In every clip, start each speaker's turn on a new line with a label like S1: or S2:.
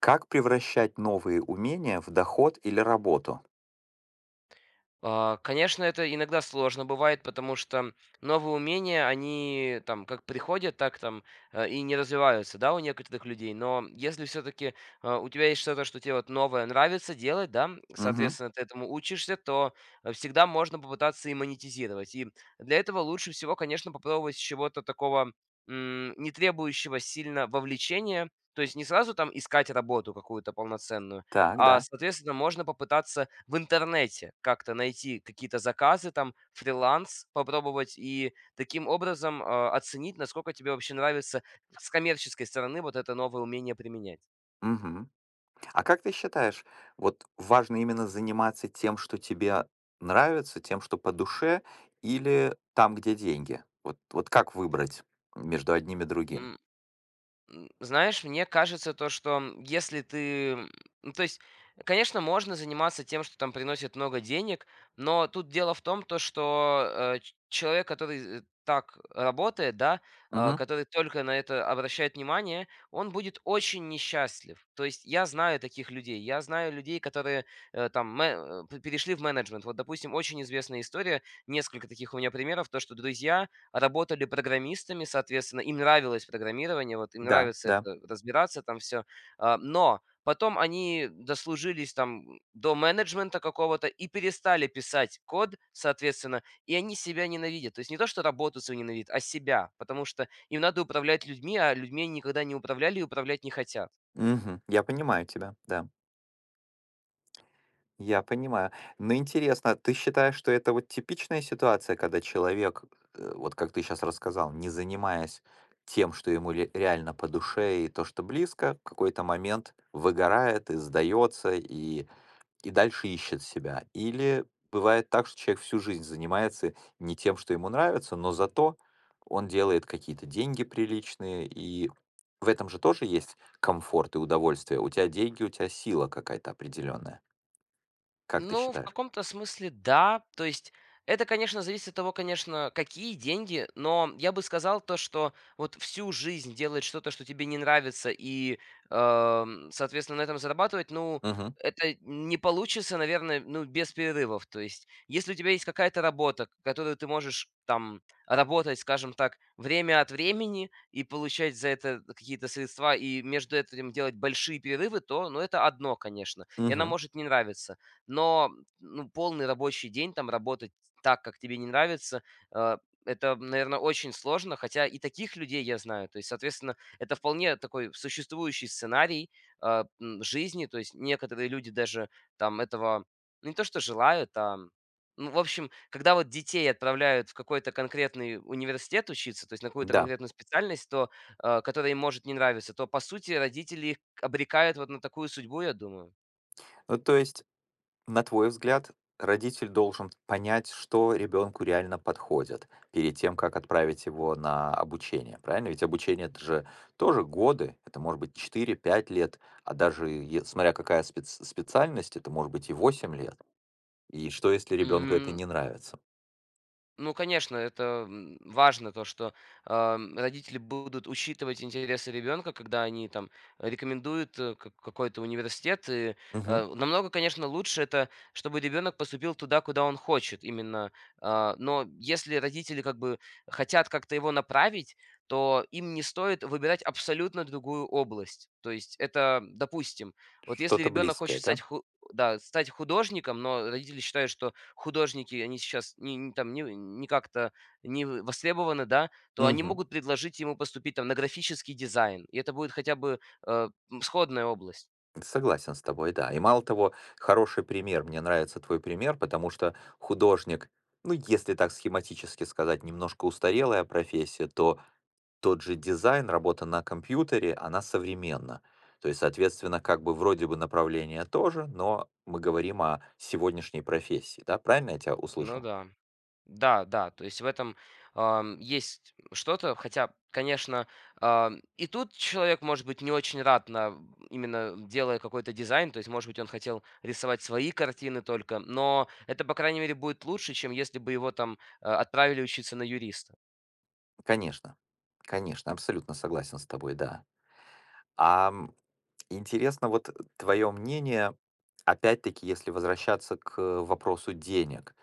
S1: Как превращать новые умения в доход или работу?
S2: Конечно, это иногда сложно бывает, потому что новые умения, они там как приходят, так там и не развиваются, да, у некоторых людей. Но если все-таки у тебя есть что-то, что тебе вот новое нравится делать, да,
S1: Мгм.
S2: соответственно, ты этому учишься, то всегда можно попытаться и монетизировать. И для этого лучше всего, конечно, попробовать с чего-то такого, не требующего сильно вовлечения, то есть не сразу там искать работу какую-то полноценную,
S1: Так, да.
S2: соответственно, можно попытаться в интернете как-то найти какие-то заказы, там, фриланс попробовать и таким образом, оценить, насколько тебе вообще нравится с коммерческой стороны вот это новое умение применять.
S1: Мгм. А как ты считаешь, вот важно именно заниматься тем, что тебе нравится, тем, что по душе, или там, где деньги? Вот, вот как выбрать между одним и другим?
S2: М. Знаешь, мне кажется то, что, если ты, ну, то есть, конечно, можно заниматься тем, что там приносит много денег, но тут дело в том, то, что, э, ч человек, который, так работает, да,
S1: Мгм.
S2: который только на это обращает внимание, он будет очень несчастлив. То есть я знаю таких людей. Я знаю людей, которые, там мэ э, п перешли в менеджмент. Вот, допустим, очень известная история, несколько таких у меня примеров, то, что друзья, работали программистами, соответственно, им нравилось программирование, вот им
S1: Да,
S2: нравится
S1: да.
S2: это разбираться там все, но потом они дослужились там до менеджмента какого-то и перестали писать код, соответственно, и они себя ненавидят. То есть не то, что работу свою ненавидят, а себя, потому что им надо управлять людьми, а людьми они никогда не управляли и управлять не хотят.
S1: Мгм. Я понимаю тебя, да. Я понимаю. Но интересно, ты считаешь, что это вот типичная ситуация, когда человек, вот как ты сейчас рассказал, не занимаясь тем, что ему реально по душе и то, что близко, в какой-то момент выгорает и сдается, и дальше ищет себя? Или бывает так, что человек всю жизнь занимается не тем, что ему нравится, но зато он делает какие-то деньги приличные, и в этом же тоже есть комфорт и удовольствие. У тебя деньги, у тебя сила какая-то определенная. Как ты
S2: Ну, в
S1: считаешь?
S2: каком-то смысле да. То есть это, конечно, зависит от того, конечно, какие деньги, но я бы сказал то, что вот всю жизнь делать что-то, что тебе не нравится, и, соответственно, на этом зарабатывать, ну,
S1: Мгм.
S2: это не получится, наверное, ну, без перерывов. То есть, если у тебя есть какая-то работа, которую ты можешь там работать, скажем так, время от времени и получать за это какие-то средства, и между этим делать большие перерывы, то, ну, это одно, конечно, и она
S1: Мгм.
S2: может не нравиться. Но, ну, полный рабочий день там работать так, как тебе не нравится, э, это, наверное, очень сложно, хотя и таких людей я знаю. То есть, соответственно, это вполне такой существующий сценарий, жизни. То есть некоторые люди даже там этого ну, не то что желают, ну, в общем, когда вот детей отправляют в какой-то конкретный университет учиться, то есть на какую-то
S1: Да.
S2: конкретную специальность, то, которая им может не нравиться, то, по сути, родители их обрекают вот на такую судьбу, я думаю.
S1: Ну, то есть, на твой взгляд, родитель должен понять, что ребенку реально подходит перед тем, как отправить его на обучение, правильно? Ведь обучение это же тоже годы, это может быть 4-5 лет, а даже смотря какая специальность, это может быть и 8 лет. И что, если ребенку это
S2: М,
S1: не нравится?
S2: Ну, конечно, это важно, то, что родители будут учитывать интересы ребенка, когда они там рекомендуют какой-то университет. И,
S1: Мгм.
S2: намного, конечно, лучше это, чтобы ребенок поступил туда, куда он хочет именно. Но если родители как бы хотят как-то его направить, то им не стоит выбирать абсолютно другую область. То есть это, допустим, вот если
S1: Что-то
S2: ребенок хочет
S1: близкое, да?
S2: стать художником, но родители считают, что художники, они сейчас не там не как-то не в востребованы, да, то они
S1: Мгм.
S2: могут предложить ему поступить там на графический дизайн, и это будет хотя бы, сходная область.
S1: Согласен с тобой, да. И мало того, хороший пример. Мне нравится твой пример, потому что художник, ну, если так схематически сказать, немножко устарелая профессия, то тот же дизайн, работа на компьютере, она современна. То есть, соответственно, как бы вроде бы направление тоже, но мы говорим о сегодняшней профессии, да? Правильно я тебя
S2: Ну
S1: услышал?
S2: да. Да, да, то есть в этом, есть что-то, хотя, конечно, и тут человек может быть не очень рад на именно делая какой-то дизайн, то есть, может быть, он хотел рисовать свои картины только, но это, по крайней мере, будет лучше, чем если бы его там, отправили учиться на юриста.
S1: Конечно. Конечно, абсолютно согласен с тобой, да. А интересно вот твое мнение, опять-таки, если возвращаться к вопросу денег.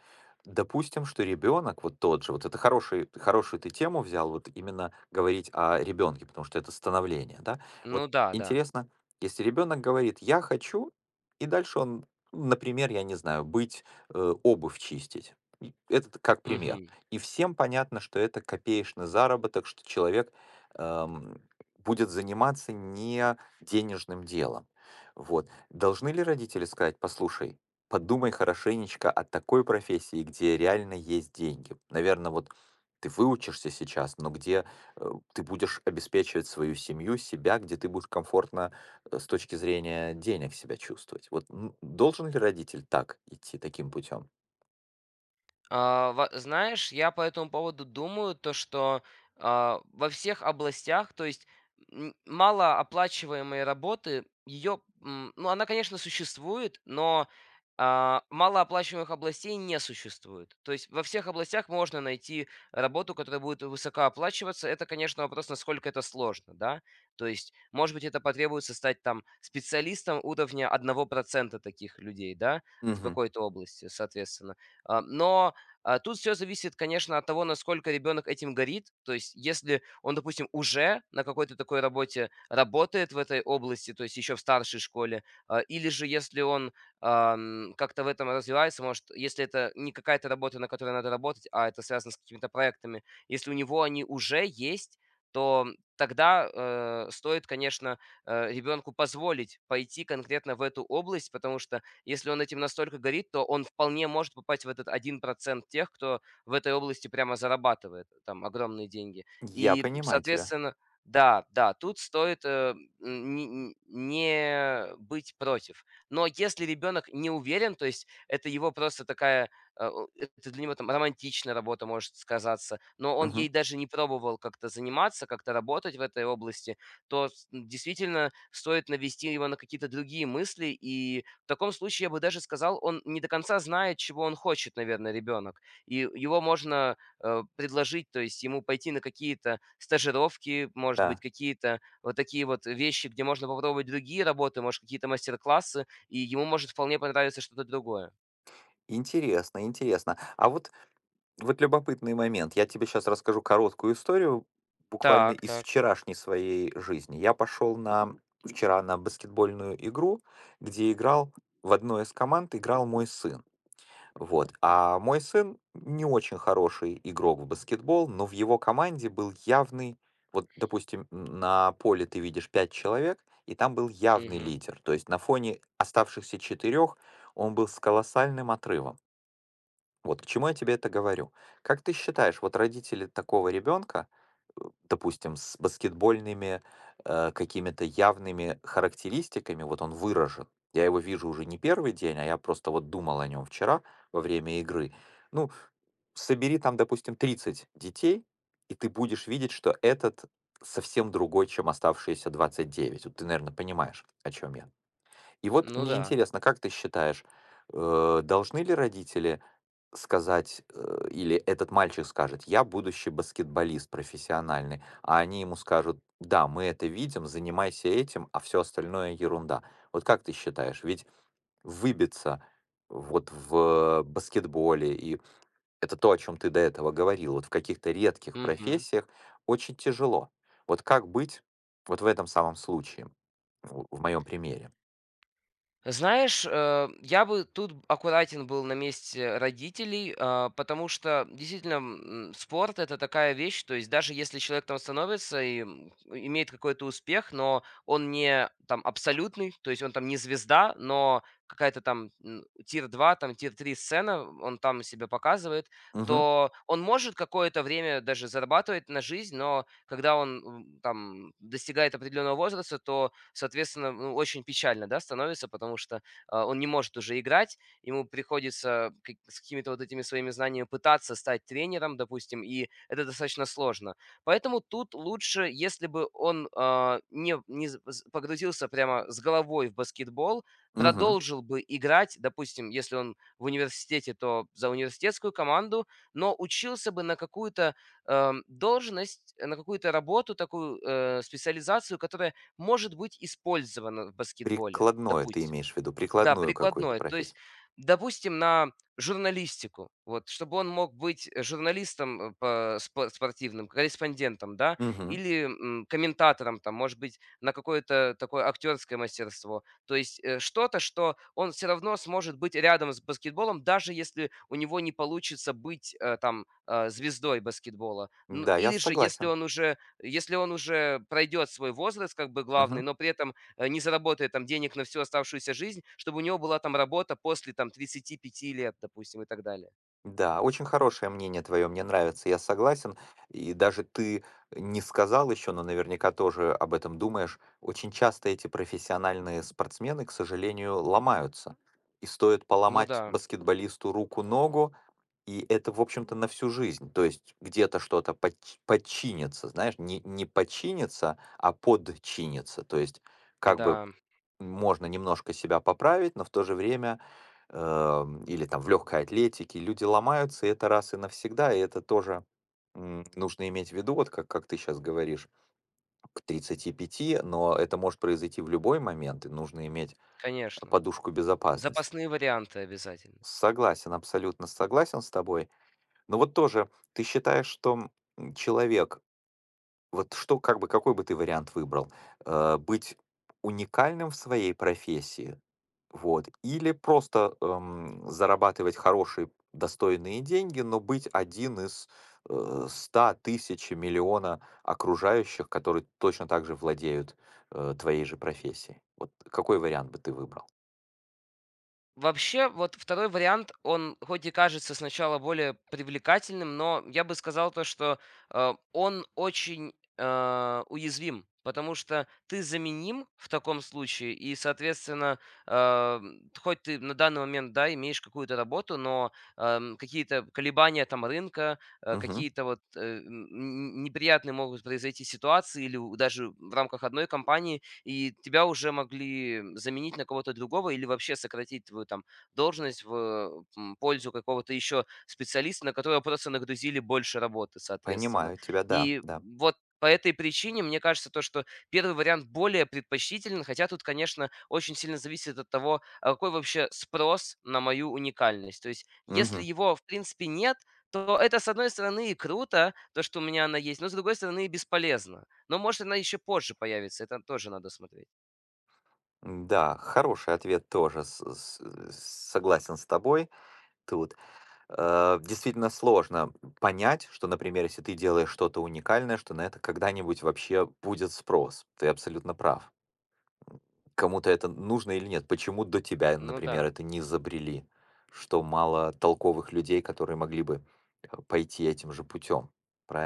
S1: Допустим, что ребенок вот тот же, вот это хороший, хорошую ты тему взял, вот именно говорить о ребенке, потому что это становление, да. Вот
S2: Ну да, да.
S1: интересно, если ребенок говорит, я хочу, и дальше он, например, я не знаю, быть, обувь чистить. И это как пример.
S2: Мгм.
S1: И всем понятно, что это копеечный заработок, что человек эм, будет заниматься не денежным делом. Вот. Должны ли родители сказать, послушай, подумай хорошенечко о такой профессии, где реально есть деньги. Наверное, вот ты выучишься сейчас, но где, ты будешь обеспечивать свою семью, себя, где ты будешь комфортно, с точки зрения денег себя чувствовать. Вот, должен ли родитель так идти, таким путем?
S2: А, во знаешь, я по этому поводу думаю, то что, во всех областях, то есть, малооплачиваемой работы, ну, она, конечно, существует, но, малооплачиваемых областей не существует. То есть во всех областях можно найти работу, которая будет высокооплачиваться. Это, конечно, вопрос, насколько это сложно, да. То есть, может быть, это потребуется стать там специалистом уровня 1% таких людей, да, в
S1: Мгм.
S2: какой-то области, соответственно. Но тут все зависит, конечно, от того, насколько ребенок этим горит. То есть если он, допустим, уже на какой-то такой работе работает в этой области, то есть еще в старшей школе, или же если он, как-то в этом развивается, может, если это не какая-то работа, на которой надо работать, а это связано с какими-то проектами, если у него они уже есть, то тогда, стоит, конечно, ребенку позволить пойти конкретно в эту область, потому что если он этим настолько горит, то он вполне может попасть в этот 1% тех, кто в этой области прямо зарабатывает там огромные деньги.
S1: Я
S2: И,
S1: понимаю тебя.
S2: соответственно, да, да, тут стоит, не быть против. Но если ребенок не уверен, то есть это его просто такая, э, о это для него там романтичная работа может сказаться, но он
S1: Мгм.
S2: ей даже не пробовал как-то заниматься, как-то работать в этой области, то с действительно стоит навести его на какие-то другие мысли и, в таком случае, я бы даже сказал, он не до конца знает, чего он хочет, наверное, ребенок. И его можно предложить, то есть ему пойти на какие-то стажировки, может быть,
S1: Да.
S2: какие-то вот такие вот вещи, где можно попробовать другие работы, может, какие-то мастер-классы, и ему может вполне понравиться что-то другое.
S1: Интересно. А Вот любопытный момент. Я тебе сейчас расскажу короткую историю, буквально
S2: Так,
S1: из
S2: так.
S1: вчерашней своей жизни. Я пошел на вчера на баскетбольную игру, где играл в одной из команд играл мой сын. Вот. А мой сын не очень хороший игрок в баскетбол, но в его команде был явный, вот, допустим, на поле ты видишь пять человек, и там был явный
S2: Мгм.
S1: лидер. То есть на фоне оставшихся четырех он был с колоссальным отрывом. Вот к чему я тебе это говорю. Как ты считаешь, вот родители такого ребенка, э, допустим, с баскетбольными какими-то явными характеристиками, вот он выражен. Я его вижу уже не первый день, а я просто вот думал о нем вчера во время игры. Ну, собери там, допустим, 30 детей, и ты будешь видеть, что этот совсем другой, чем оставшиеся 29. Вот ты, наверное, понимаешь, о чем я. И вот
S2: Ну
S1: мне
S2: да.
S1: интересно, как ты считаешь, должны ли родители сказать, или этот мальчик скажет: "Я будущий баскетболист профессиональный", а они ему скажут: "Да, мы это видим, занимайся этим, а все остальное ерунда". Вот как ты считаешь, ведь выбиться вот в баскетболе, и это то, о чем ты до этого говорил, вот в каких-то редких
S2: Мгм.
S1: профессиях очень тяжело. Вот как быть вот в этом самом случае, в моём примере?
S2: Знаешь, я бы тут аккуратен был на месте родителей, потому что действительно спорт это такая вещь, то есть даже если человек там становится и имеет какой-то успех, но он не там абсолютный, то есть он там не звезда, но какая-то там тир два, там тир три сцена, он там себя показывает,
S1: Мгм,
S2: то он может какое-то время даже зарабатывать на жизнь, но когда он там достигает определенного возраста, то, соответственно, ну, очень печально, да, становится, потому что он не может уже играть, ему приходится с какими-то вот этими своими знаниями пытаться стать тренером, допустим, и это достаточно сложно. Поэтому тут лучше, если бы он не погрузился прямо с головой в баскетбол,
S1: мгм.
S2: продолжил бы играть, допустим, если он в университете, то за университетскую команду, но учился бы на какую-то, должность, на какую-то работу такую, специализацию, которая может быть использована в баскетболе,
S1: Прикладное ты
S2: допустим.
S1: имеешь в виду,
S2: Да,
S1: прикладную какую-то
S2: прикладное. То есть,
S1: профессию.
S2: допустим, на журналистику, вот, чтобы он мог быть журналистом по спортивным, корреспондентом, да,
S1: Мгм.
S2: или комментатором, там, может быть, на какое-то такое актерское мастерство. То есть что-то, что он все равно сможет быть рядом с баскетболом, даже если у него не получится быть там звездой баскетбола. Ну,
S1: Да, я
S2: или же, если
S1: согласен.
S2: он уже, если он уже пройдет свой возраст, как бы главный,
S1: Мгм.
S2: но при этом не заработает там денег на всю оставшуюся жизнь, чтобы у него была там работа после там 35 лет, допустим, и так далее.
S1: Да, очень хорошее мнение твое, мне нравится, я согласен. И даже ты не сказал еще, но наверняка тоже об этом думаешь. Очень часто эти профессиональные спортсмены, к сожалению, ломаются. И стоит
S2: Ну
S1: поломать
S2: да,
S1: баскетболисту руку-ногу, и это, в общем-то, на всю жизнь. То есть где-то что-то подчинится, знаешь, не подчинится, а подчинится. То есть как бы
S2: да,
S1: можно немножко себя поправить, но в то же время, или там в легкой атлетике, люди ломаются, и это раз и навсегда, и это тоже нужно иметь в виду, вот как ты сейчас говоришь, к 35, но это может произойти в любой момент, и нужно иметь
S2: конечно.
S1: подушку безопасности.
S2: Запасные варианты обязательно.
S1: Согласен, абсолютно согласен с тобой. Но вот тоже, ты считаешь, что человек, вот что, как бы, какой бы ты вариант выбрал? Быть уникальным в своей профессии. Вот. Или просто, зарабатывать хорошие, достойные деньги, но быть один из, 100, 1000, миллиона окружающих, которые точно так же владеют, твоей же профессией. Вот какой вариант бы ты выбрал?
S2: Вообще, вот второй вариант, он хоть и кажется сначала более привлекательным, но я бы сказал то, что, он очень, уязвим, потому что ты заменим в таком случае и, соответственно, хоть ты на данный момент, да, имеешь какую-то работу, но, какие-то колебания там рынка,
S1: Мгм.
S2: какие-то вот, н н неприятные могут произойти ситуации или у даже в рамках одной компании и тебя уже могли заменить на кого-то другого или вообще сократить твою там должность в пользу какого-то еще специалиста, на которого просто нагрузили больше работы, соответственно.
S1: Понимаю тебя, да,
S2: И
S1: да.
S2: вот по этой причине, мне кажется, то, что первый вариант более предпочтителен, хотя тут, конечно, очень сильно зависит от того, а какой вообще спрос на мою уникальность. То есть, если
S1: Мгм.
S2: его, в принципе, нет, то это, с одной стороны, и круто, то, что у меня она есть, но, с другой стороны, и бесполезно. Но, может, она еще позже появится, это тоже надо смотреть.
S1: Да, хороший ответ тоже. С Согласен с тобой. Тут действительно сложно понять, что, например, если ты делаешь что-то уникальное, что на это когда-нибудь вообще будет спрос. Ты абсолютно прав. Кому-то это нужно или нет? Почему до тебя,
S2: Ну да.
S1: например, это не изобрели? Что мало толковых людей, которые могли бы пойти этим же путем,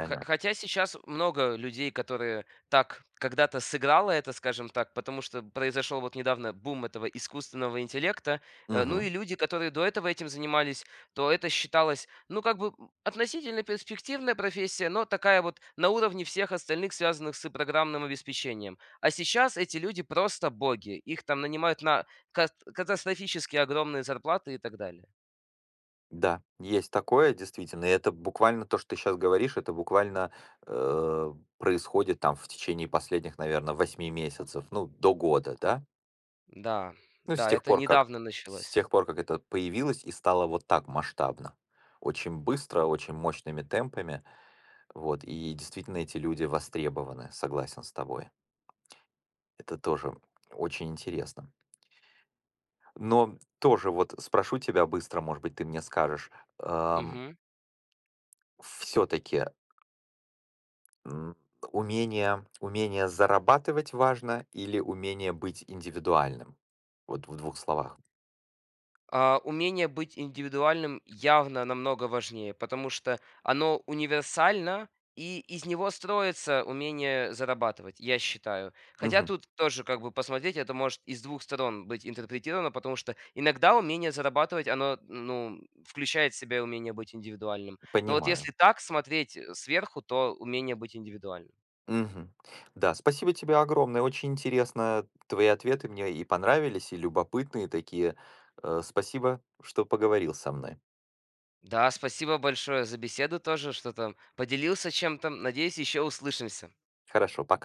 S2: Хо хотя сейчас много людей, которые так когда-то сыграло это, скажем так, потому что произошел вот недавно бум этого искусственного интеллекта. Ну и
S1: Мгм.
S2: люди, которые до этого этим занимались, то это считалось, ну, как бы относительно перспективная профессия, но такая вот на уровне всех остальных, связанных с программным обеспечением. А сейчас эти люди просто боги. Их там нанимают на катастрофически огромные зарплаты и так далее.
S1: Да, есть такое, действительно. И это буквально то, что ты сейчас говоришь, это буквально происходит там в течение последних, наверное, 8 месяцев, ну, до года, да?
S2: Да,
S1: Ну, с
S2: да,
S1: тех
S2: это
S1: пор, как
S2: недавно
S1: с
S2: началось.
S1: тех пор, как это появилось и стало вот так масштабно. Очень быстро, очень мощными темпами. Вот, и действительно эти люди востребованы, согласен с тобой. Это тоже очень интересно. Но тоже вот спрошу тебя быстро, может быть, ты мне скажешь,
S2: Мгм.
S1: все-таки умение зарабатывать важно или умение быть индивидуальным? Вот в двух словах.
S2: Умение быть индивидуальным явно намного важнее, потому что оно универсально, и из него строится умение зарабатывать, я считаю. Хотя
S1: Мгм.
S2: тут тоже как бы посмотреть, это может из двух сторон быть интерпретировано, потому что иногда умение зарабатывать, оно, ну, включает в себя умение быть индивидуальным. Но вот если
S1: Понимаю.
S2: так смотреть сверху, то умение быть индивидуальным.
S1: Мгм. Да, спасибо тебе огромное. Очень интересно твои ответы мне и понравились, и любопытные такие. Спасибо, что поговорил со мной.
S2: Да, спасибо большое за беседу тоже, что там поделился чем-то. Надеюсь, еще услышимся.
S1: Хорошо, пока.